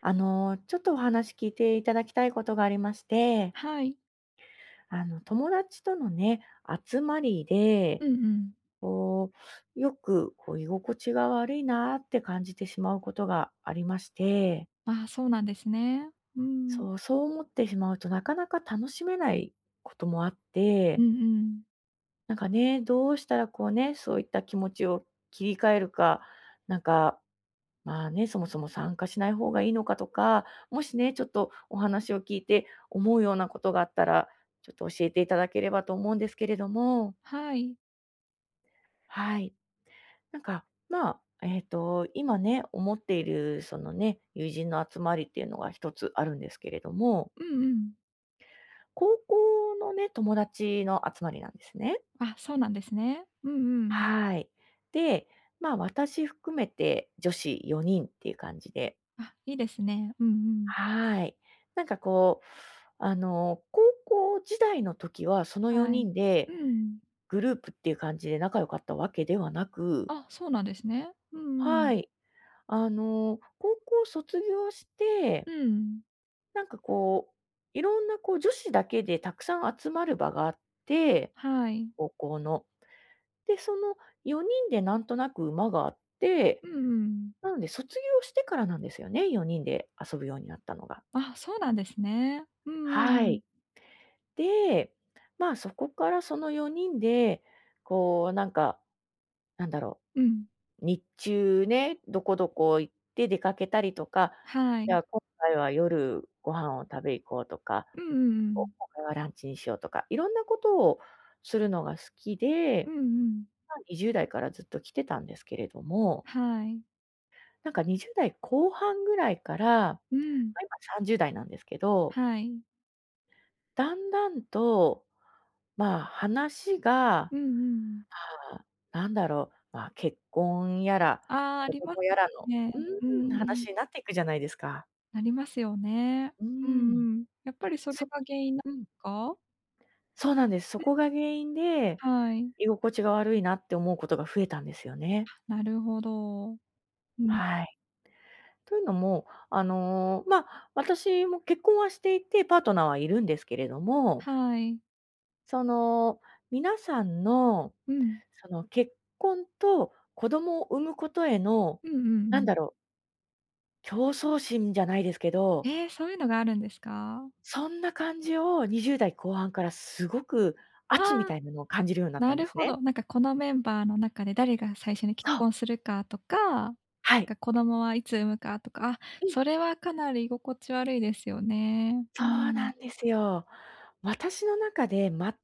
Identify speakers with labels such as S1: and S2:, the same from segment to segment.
S1: ちょっとお話聞いていただきたいことがありまして、
S2: はい。
S1: 友達とのね、集まりで、
S2: うんうん。
S1: こよく居心地が悪いなって感じてしまうことがありまして、
S2: あ、そうなんですね。うん。
S1: そう思ってしまうとなかなか楽しめないこともあっ
S2: うん
S1: て、
S2: うん。
S1: なんかね、どうしたらこうね、そういった気持ちを切り替えるか、なんか、まあね、そもそも参加しない方がいいのかとか、もしね、ちょっとお話を聞いて思うようなことがあったら、ちょっと教えていただければと思うんですけれども。
S2: はい。
S1: はい。今ね、思っている、そのね、友人の集まりっていうのが一つあるんですけれども、
S2: うんうん。
S1: 高校のね、友達の集まりなんですね。
S2: あ、そうなんですね。うんうん。
S1: はい。で、まあ、私含めて女子4人っていう感じで。
S2: あ、いいですね。うんうん。
S1: はい。なんかこう、高校時代の時はその
S2: は
S1: 4
S2: い。
S1: 人
S2: う
S1: で
S2: ん。
S1: グループっていう感じで仲良かったわけではなく、
S2: あ、そうなんですね。うんうん。
S1: はい。高校卒業して、
S2: うん。
S1: なんかこう、いろんなこう女子だけでたくさん集まる場があって、
S2: はい。
S1: 高校の。で、その4人でなんとなく馬があって、
S2: うんうん。
S1: なので、卒業してからなんですよね、4人で遊ぶようになったのが。
S2: あ、そうなんですね。うんう
S1: は
S2: んうん。
S1: い。で、まあ、そこからその4人で、こう、なんか、なんだろ
S2: うん。
S1: 日中ね、どこどこ行って出かけたりとか、
S2: は
S1: じ
S2: い。
S1: ゃあ今回は夜ご飯を食べ行こうとか、
S2: うんうんう
S1: お
S2: ん。
S1: 今回はランチにしようとか、いろんなことをするのが好き
S2: う
S1: で、
S2: んうん。
S1: まあ、20代からずっと来てたんですけれども、
S2: はい。
S1: なんか20代後半ぐらいから、ま、
S2: うん。
S1: 今30代なんですけど、
S2: はい。
S1: だんだんと、まあ、話が、あ
S2: うんうん。
S1: あ、まあ、結婚やら、
S2: ああ、あ
S1: 子
S2: ります
S1: 供やらの
S2: ね。うん。
S1: 話になっていくじゃないですか。
S2: なりますよね。
S1: うー
S2: うん
S1: ん。
S2: うん。やっぱりそれ
S1: そ
S2: が原因なんで
S1: うん、
S2: すか？
S1: そうなんです。そこが原因で、
S2: はい。
S1: 居心地が悪いなって思うことが増えたんですよね。
S2: なるほど。うん。
S1: はい。というのも、まあ、私も結婚はしていて、パートナーはいるんですけれども、
S2: はい。
S1: その、皆さんの
S2: うん。
S1: その結婚と子供を産むことへの、
S2: うんうんう
S1: なん
S2: ん。
S1: だろう、競争心じゃないですけど、
S2: ええ、そういうのがあるんですか？
S1: そんな感じを20代後半からすごく
S2: あ
S1: 圧み
S2: あ、
S1: たいなのを感じるようになった
S2: な
S1: んで
S2: る
S1: す
S2: ほ
S1: ね。
S2: ど。なんかこのメンバーの中で誰が最初に
S1: そ
S2: 結
S1: う、
S2: 婚するかとか、
S1: は
S2: なん
S1: い。
S2: か子供はいつ産むかとか、あ、
S1: うん、
S2: それはかなり居心地悪いですよね。う
S1: そうな
S2: ん。
S1: んですよ。私の中で全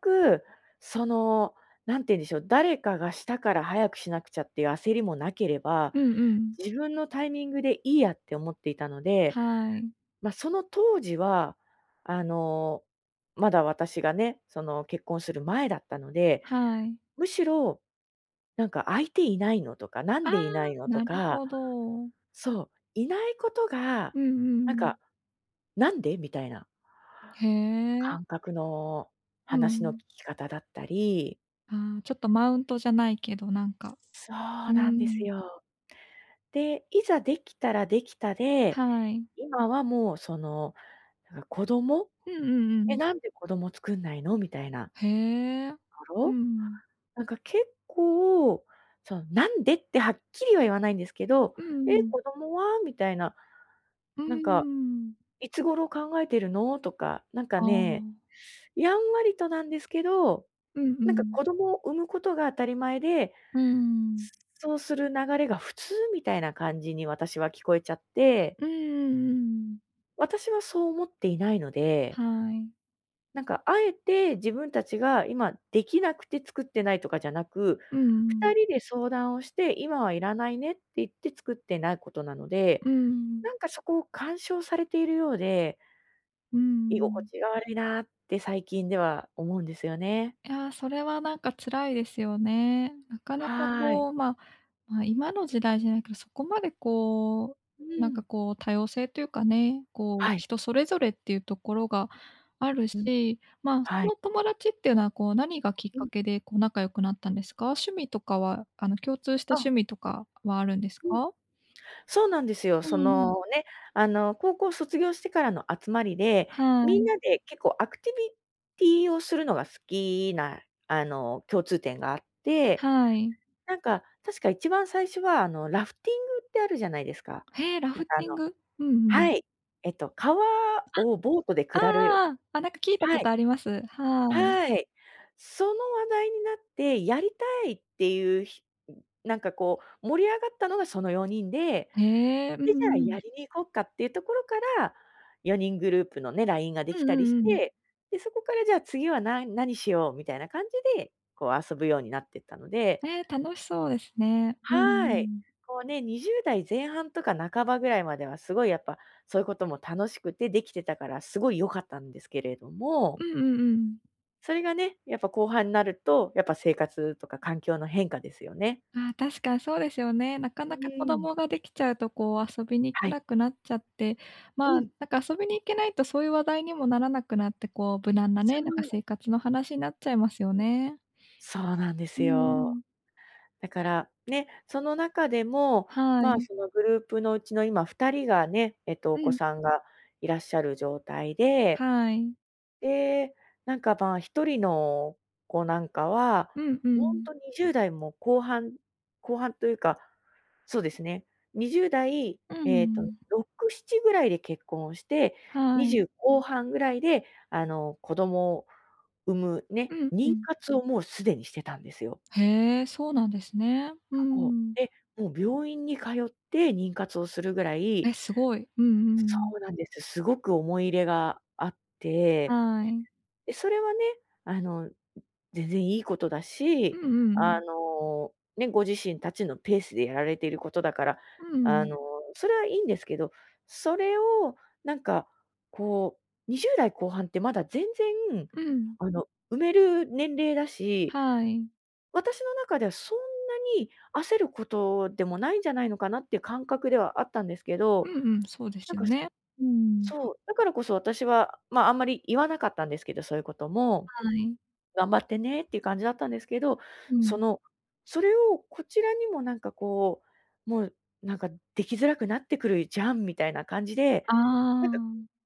S1: くその、なんて言うんでしょう、誰かがしたから早くしなくちゃっていう焦りもなければ、
S2: うんうん。
S1: 自分のタイミングでいいやって思っていたので、
S2: はい。
S1: まあ、その当時は、あの、まだ私がね、その、結婚する前だったので、
S2: はい。
S1: むしろ、なんか「相手いないの？」とか「な
S2: あ
S1: ん
S2: あ、
S1: でいないの？」と
S2: なる
S1: か、
S2: ほど。
S1: そう、いないことが、
S2: うんう
S1: なん
S2: ん。
S1: か「なんで？」みたいな
S2: へえ。
S1: 感覚の
S2: う
S1: 話の聞
S2: ん。
S1: き方だったり、
S2: ああ、ちょっとマウントじゃないけど、なんか
S1: そう
S2: うー
S1: なんです
S2: ん、
S1: よ。で、いざできたらできたで、
S2: はい。
S1: 今はもう、その、なんか子供
S2: うんうんう
S1: 「え、
S2: ん。
S1: なんで子供作んないの？」みたいな
S2: へえ。
S1: とこ
S2: う
S1: ろ、
S2: ん。
S1: なんか結構、その、「なんで？」ってはっきりは言わないんですけど、
S2: うんう
S1: 「え、
S2: ん。
S1: 子供は？」みたいな、
S2: うん
S1: なん
S2: う
S1: か、
S2: ん。
S1: 「いつ頃考えてるの？」とか、なんか
S2: あ
S1: ね、
S2: あ、
S1: やんわりとなんですけど、
S2: うんう
S1: なんか
S2: ん。
S1: 子供を産むことが当たり前で、
S2: うーん。
S1: そうする流れが普通みたいな感じに私は聞こえちゃって、
S2: うんうんうん。
S1: 私はそう思っていないの
S2: は
S1: で、
S2: い。
S1: なんか、あえて自分たちが今できなくて作ってないとかじゃなく、
S2: うんう
S1: 2
S2: ん。
S1: 人で相談をして、今はいらないねって言って作ってないことなので、
S2: うんうん。
S1: なんかそこを干渉されているようで、
S2: うんうんうんうんはいうんうんうん
S1: 居心
S2: うん。
S1: 地が悪いなって最近では思うんですよね。
S2: いや、それはなんか辛いですよね。なかなか
S1: はい。
S2: こう、まあ、まあ、今の時代じゃないけど、そこまでこ
S1: う
S2: う、なんか
S1: ん。
S2: こう多様性というかね、こう
S1: はい。
S2: 人それぞれっていうところがある
S1: うん。
S2: し、まあ、そ
S1: はい。
S2: の友達っていうのはこう何がきっ
S1: う
S2: か
S1: ん。
S2: けでこう仲良くなったんですか？趣味とかは、あの共通した
S1: あ、
S2: 趣味とかはあるんです
S1: うん。
S2: か？
S1: そうなんですよ。
S2: う
S1: そ
S2: んうん。
S1: のね、高校卒業してからの集まりで、
S2: は
S1: みん
S2: い、
S1: なで結構アクティビティをするのが好きな、共通点があって、
S2: はい。
S1: なんか、確か一番最初は、ラフティングってあるじゃないですか。
S2: へえ、ラ
S1: な
S2: フ
S1: んかあ
S2: ティン
S1: の
S2: グ。うんうん。
S1: はい。えっと、川をボートで
S2: ああ
S1: 下る。
S2: あああ。あ、なんか聞いた
S1: は
S2: こと
S1: い、
S2: あります。は
S1: はい。その話題になって、やりたいっていうひなんかこう、盛り上がったのがその4人で、
S2: い。へえ、うん
S1: で、じゃあ
S2: う
S1: や
S2: ん。
S1: りに行こっかっていうところから、4人グループのね、LINE がで
S2: う
S1: き
S2: ん
S1: た
S2: う
S1: りし
S2: んうん。
S1: て、で、そこからじゃあ次は何しようみたいな感じで、こう遊ぶようになってったので、
S2: えー、楽しそうですね。うんう
S1: はい。
S2: ん。
S1: こうね、20代前半とか半ばぐらいまではすごいやっぱ、そういうことも楽しくてできてたから、すごい良かったんですけれども、
S2: うんうんうん。
S1: それがね、やっぱ後半になると、やっぱ生活とか環境の変化ですよね。
S2: ああ、確かにそうですよね。なか
S1: う
S2: なか子
S1: ん。
S2: 供ができちゃうと、こう、遊びに行け
S1: はい。
S2: なくなっちゃって、
S1: う
S2: まあ、
S1: ん。
S2: なんか遊びに行けないとそういう話題にもならなくなって、こう、無難な
S1: そ
S2: ね、なんか
S1: う。
S2: 生活の話になっちゃいますよね。
S1: そうなんで
S2: う
S1: すよ。
S2: ん。
S1: だから、ね、その中でも、
S2: は
S1: まあ、
S2: い。
S1: そのグループのうちの今2人がね、えっと、お
S2: う
S1: 子
S2: ん。
S1: さんがいらっしゃる状態で、
S2: はい。
S1: で、なんか、まあ、1人の子なんかは、
S2: うんう
S1: ほん
S2: ん。
S1: と20代も後半というか、そうですね、20代、
S2: う
S1: えっと、
S2: ん。
S1: 6、7ぐらいで結婚をして、
S2: はい。
S1: 20後半ぐらいで、子供を産む
S2: う
S1: ね、
S2: んう
S1: 妊
S2: ん。
S1: 活をもうすでにしてたんですよ。
S2: へえ、そうなんですね。う
S1: そう。
S2: ん。
S1: で、もう病院に通って妊活をするぐらい、
S2: え、すごい。うんう
S1: そ
S2: ん。
S1: うなんです。すごく思い入れがあって、
S2: はい。
S1: で、それはね、あの、全然いいことだ
S2: う
S1: し、
S2: んうん。
S1: ね、ご自身たちのペースでやられていることだから、
S2: う
S1: あ
S2: ん。
S1: の、それはいいんですけど、それをなんか、こう、20代後半ってまだ全然、
S2: うん。
S1: 埋める年齢だし、
S2: はい。
S1: 私の中ではそんなに焦ることでもないんじゃないのかなっていう感覚ではあったんですけ
S2: う
S1: ど、
S2: んうん、そうで
S1: な
S2: す
S1: ん
S2: よ
S1: か、
S2: ね。うん。
S1: そう、だからこそ私は、まあ、あんまり言わなかったんですけど、そういうことも、
S2: はい。
S1: 頑張ってねっていう感じだったんですけど、
S2: う
S1: そ
S2: ん。
S1: の、それをこちらにもなんかこう、もうなんかできづらくなってくるじゃんみたいな感じで、
S2: ああ。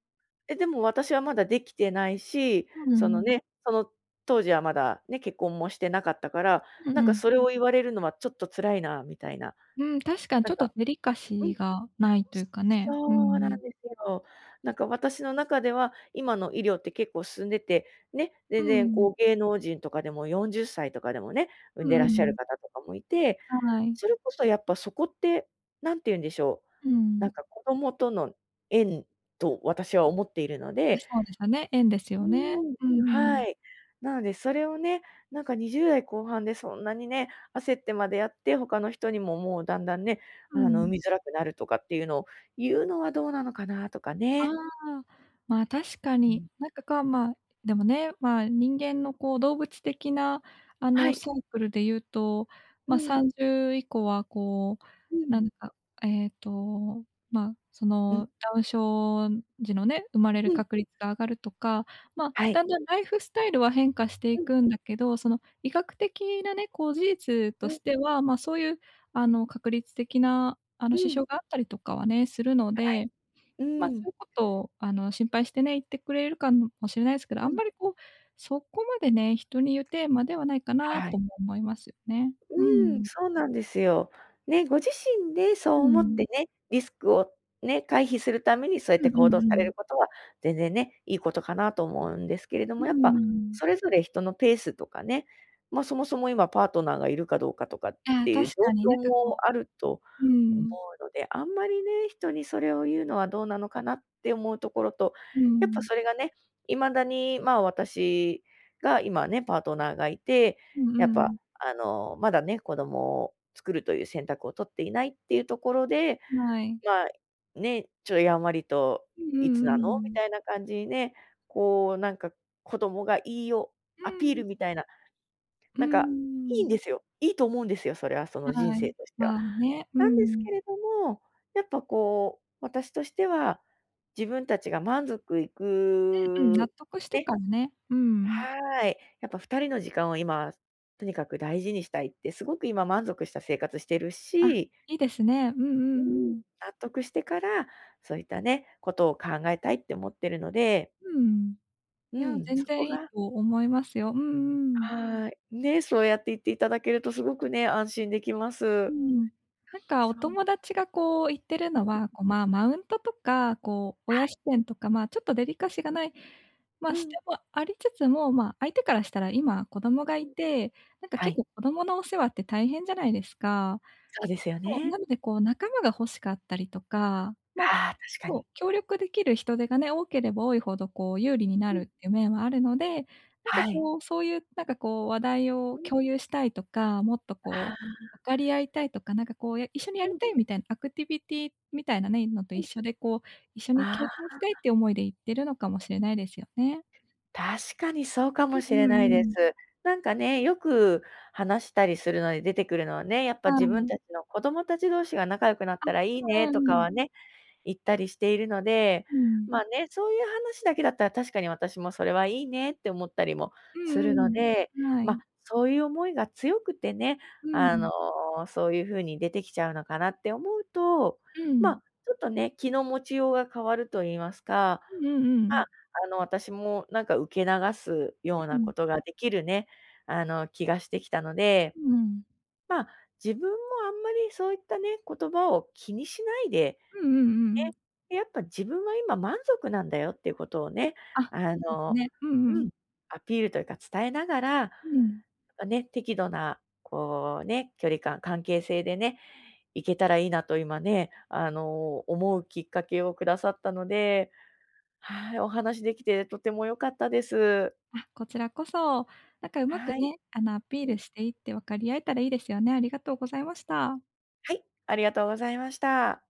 S1: え、でも私はまだできてないし、
S2: うんう
S1: その
S2: ん。
S1: ね、その当時はまだね、結婚もしてなかったから、
S2: うん
S1: な
S2: う
S1: んか
S2: ん。
S1: それを言われるのはちょっと辛いなみたいな。
S2: うん、確かに
S1: な
S2: ちょ
S1: ん
S2: っと
S1: か
S2: デリカ
S1: う
S2: シー
S1: ん、
S2: がないというかね。う
S1: そうなんで
S2: ん。
S1: すよ。なんか私の中では、今の医療って結構進んでて、ね、
S2: う
S1: 全然
S2: ん。
S1: こう芸能人とかでも40歳とかでもね、産ん
S2: う
S1: で
S2: ん
S1: ら
S2: う
S1: っしゃる
S2: ん。
S1: 方とかもいて、
S2: はい。
S1: それこそやっぱそこって、なんて言うんでしょ
S2: う
S1: う、な
S2: ん。
S1: んか子供との縁と私は思っているので、
S2: そうですよね、縁です
S1: う
S2: よね。
S1: ーん、
S2: う
S1: は
S2: ん。
S1: い。なので、それをね、なんか20代後半でそんなにね、焦ってまでやって、他の人にももうだんだんね、
S2: うん。
S1: 産みづらくなるとかっていうのを言うのはどうなのかなとか
S2: あ
S1: ね。
S2: あ、まあ、確か
S1: う
S2: に、
S1: ん。
S2: なんかか、まあ、でもね、まあ、人間のこう動物的なあの
S1: はい。
S2: サイクルで言うと、
S1: う
S2: ま、
S1: ん、
S2: 30以降はこ
S1: う
S2: う、な
S1: ん。
S2: んか、えっと、まあ、そ
S1: うん、
S2: のダウン症児のね、生まれる
S1: うん。
S2: 確率が上がるとか、まあ、
S1: は
S2: だ
S1: い。
S2: んだんライフスタイルは変化してい
S1: うん、
S2: くんだけど、その医学的なね、こう事実
S1: う
S2: と
S1: ん、
S2: しては、ま、そういうあの確率的なあの
S1: う
S2: 支
S1: ん。
S2: 障があったりとかはね、するの
S1: は
S2: で、
S1: い。う
S2: ま、そう
S1: ん。
S2: いうことを、あの、心配してね、言ってくれるかもしれないですけど、あ
S1: う
S2: ん
S1: ん。
S2: まりこう、そこまでね、人に言うテーマではないかな
S1: は
S2: と
S1: い。
S2: も思いますよね。う
S1: うん、
S2: ん。
S1: そうなんですよ。ね、ご自身で
S2: う
S1: そう思っ
S2: ん。
S1: てね、リスクをね、回避するためにそうやっ
S2: う
S1: て
S2: んう
S1: 行動
S2: んう
S1: され
S2: ん。
S1: ることは、全然ね、いいことかなと思うんですけれど
S2: うー
S1: も、やっぱ
S2: ん。
S1: それぞれ人のペースとかね、ま、そもそも今パートナーがいるかどうかとかっ
S2: ああ、
S1: ていう
S2: 確
S1: 状
S2: かにな
S1: 況
S2: んか
S1: も
S2: こ
S1: あると
S2: う、う
S1: 思
S2: ん。
S1: うので、あんまりね、人にそれを言うのはどうなのかなって思うところと、
S2: う
S1: やっぱ
S2: ん。
S1: それがね、未だに、まあ、私が今ね、パートナーがいて、
S2: うんう
S1: やっぱ
S2: ん。
S1: まだね、子供を作るという選択を取っていないっていうところで、
S2: はい。
S1: まあ、ね、ちょっとやんわりと
S2: うんう
S1: 「いつ
S2: んうん
S1: な
S2: う
S1: の？」み
S2: ん。
S1: たいな感じにね、こう、なんか子供がいいよ
S2: う
S1: アピー
S2: ん。
S1: ルみたいな、
S2: うー
S1: なんかいい
S2: ん。
S1: んですよ。いいと思うんですよ、それは、その人
S2: はい。
S1: 生としては。
S2: まあね、う
S1: なんです
S2: ん。
S1: けれども、やっぱこう、私としては、自分たちが満足い
S2: うん、納
S1: く、
S2: 得して
S1: ね、
S2: からね。うん。
S1: はい。やっぱ二人の時間を今、とにかく大事にしたいって、すごく今満足した生活してる
S2: あ、
S1: し、
S2: いいですね。うんう
S1: う
S2: ん
S1: ん、
S2: うん。
S1: 納得してから、そういったね、ことを考えたいって思ってるので、
S2: うん。
S1: う
S2: いや、
S1: ん、
S2: 全
S1: そこ
S2: 然いい
S1: が、
S2: と思いますよ。うんうんうん。
S1: はい。ね、そうやって言っていただけるとすごくね、安心できます。
S2: なんか
S1: そ
S2: お
S1: う。
S2: 友達がこう言ってるのは、こう、まあ、マウントとか、こう、親視点とか、まあ、ちょっとデリカシーがない、ま
S1: う
S2: あ、視
S1: ん。
S2: 点もありつつも、まあ、相手からしたら今子供が
S1: う
S2: い
S1: ん。
S2: て、なんか
S1: は
S2: 結
S1: い。
S2: 構子供のお世話って大変じゃないですか。
S1: そうですよ
S2: そう、な
S1: ね。
S2: のでこう仲間が欲しかったりとか、まあ、
S1: ああ、確か
S2: そう、
S1: に。
S2: 協力できる人手がね、多ければ多いほどこう有利にな
S1: う
S2: る
S1: ん。
S2: っていう面はあるので、なんか
S1: はい。
S2: こう、そういうなんかこう話題
S1: う
S2: を
S1: ん。
S2: 共有したいとか、もっとこ
S1: あ
S2: う分かり合いたいとか、なんかこう、や一緒にや
S1: ー
S2: り
S1: うん
S2: たいみたいなアクティビティみたいなね、のと
S1: う
S2: 一
S1: ん。
S2: 緒でこう、一緒に経
S1: ああ。
S2: 験したいっていう思いで行ってるのかもしれないですよね。
S1: 確かにそうかもし
S2: うん
S1: れ
S2: う
S1: な
S2: んう
S1: いで
S2: ん。
S1: す。なんかね、よく話したりするので出てくるのはね、やっぱ
S2: は
S1: 自分
S2: い。
S1: たちの子供たち同士が仲良くなっ
S2: あ、
S1: たらいいね
S2: うん
S1: と
S2: うん
S1: か
S2: うん。
S1: はね、言ったりしているので、
S2: うん。
S1: まあね、そういう話だけだったら確かに私もそれはいいねって思ったりも
S2: う
S1: するの
S2: ん
S1: で、
S2: うん。は
S1: ま、
S2: い。
S1: そういう思いが強くてね、
S2: う
S1: あ
S2: ん。
S1: の、そういう風に出てきちゃうのかなって思うと、
S2: うん。
S1: ま、ちょっとね、気の持ちようが変わると言いますか、
S2: うんうんう
S1: ま
S2: ん。
S1: あ、私もなんか受け流すよう
S2: う
S1: な
S2: ん。
S1: ことができるね、気がしてきたので、
S2: うん。
S1: まあ、自分もあんまりそういったね、言葉を気にしないで、
S2: うんうんうん。
S1: ね、で、やっぱ自分は今満足なんだよっていうことをね、
S2: あ、
S1: あ
S2: いいです
S1: の
S2: ね。うん
S1: う
S2: うん。
S1: ん、アピールというか伝えながら、
S2: うん。
S1: ね、適度なこうね、距離感、関係性でね、いけたらいいなと今ね、思うきっかけをくださったので、はい、お話しできてとても良かったです。
S2: あ、こちらこそ、なんかうまく
S1: はい。
S2: ね、あの、アピー
S1: うん、
S2: ルしていって分かり合えたらいいですよね。ありがとうございました。
S1: はい、ありがとうございました。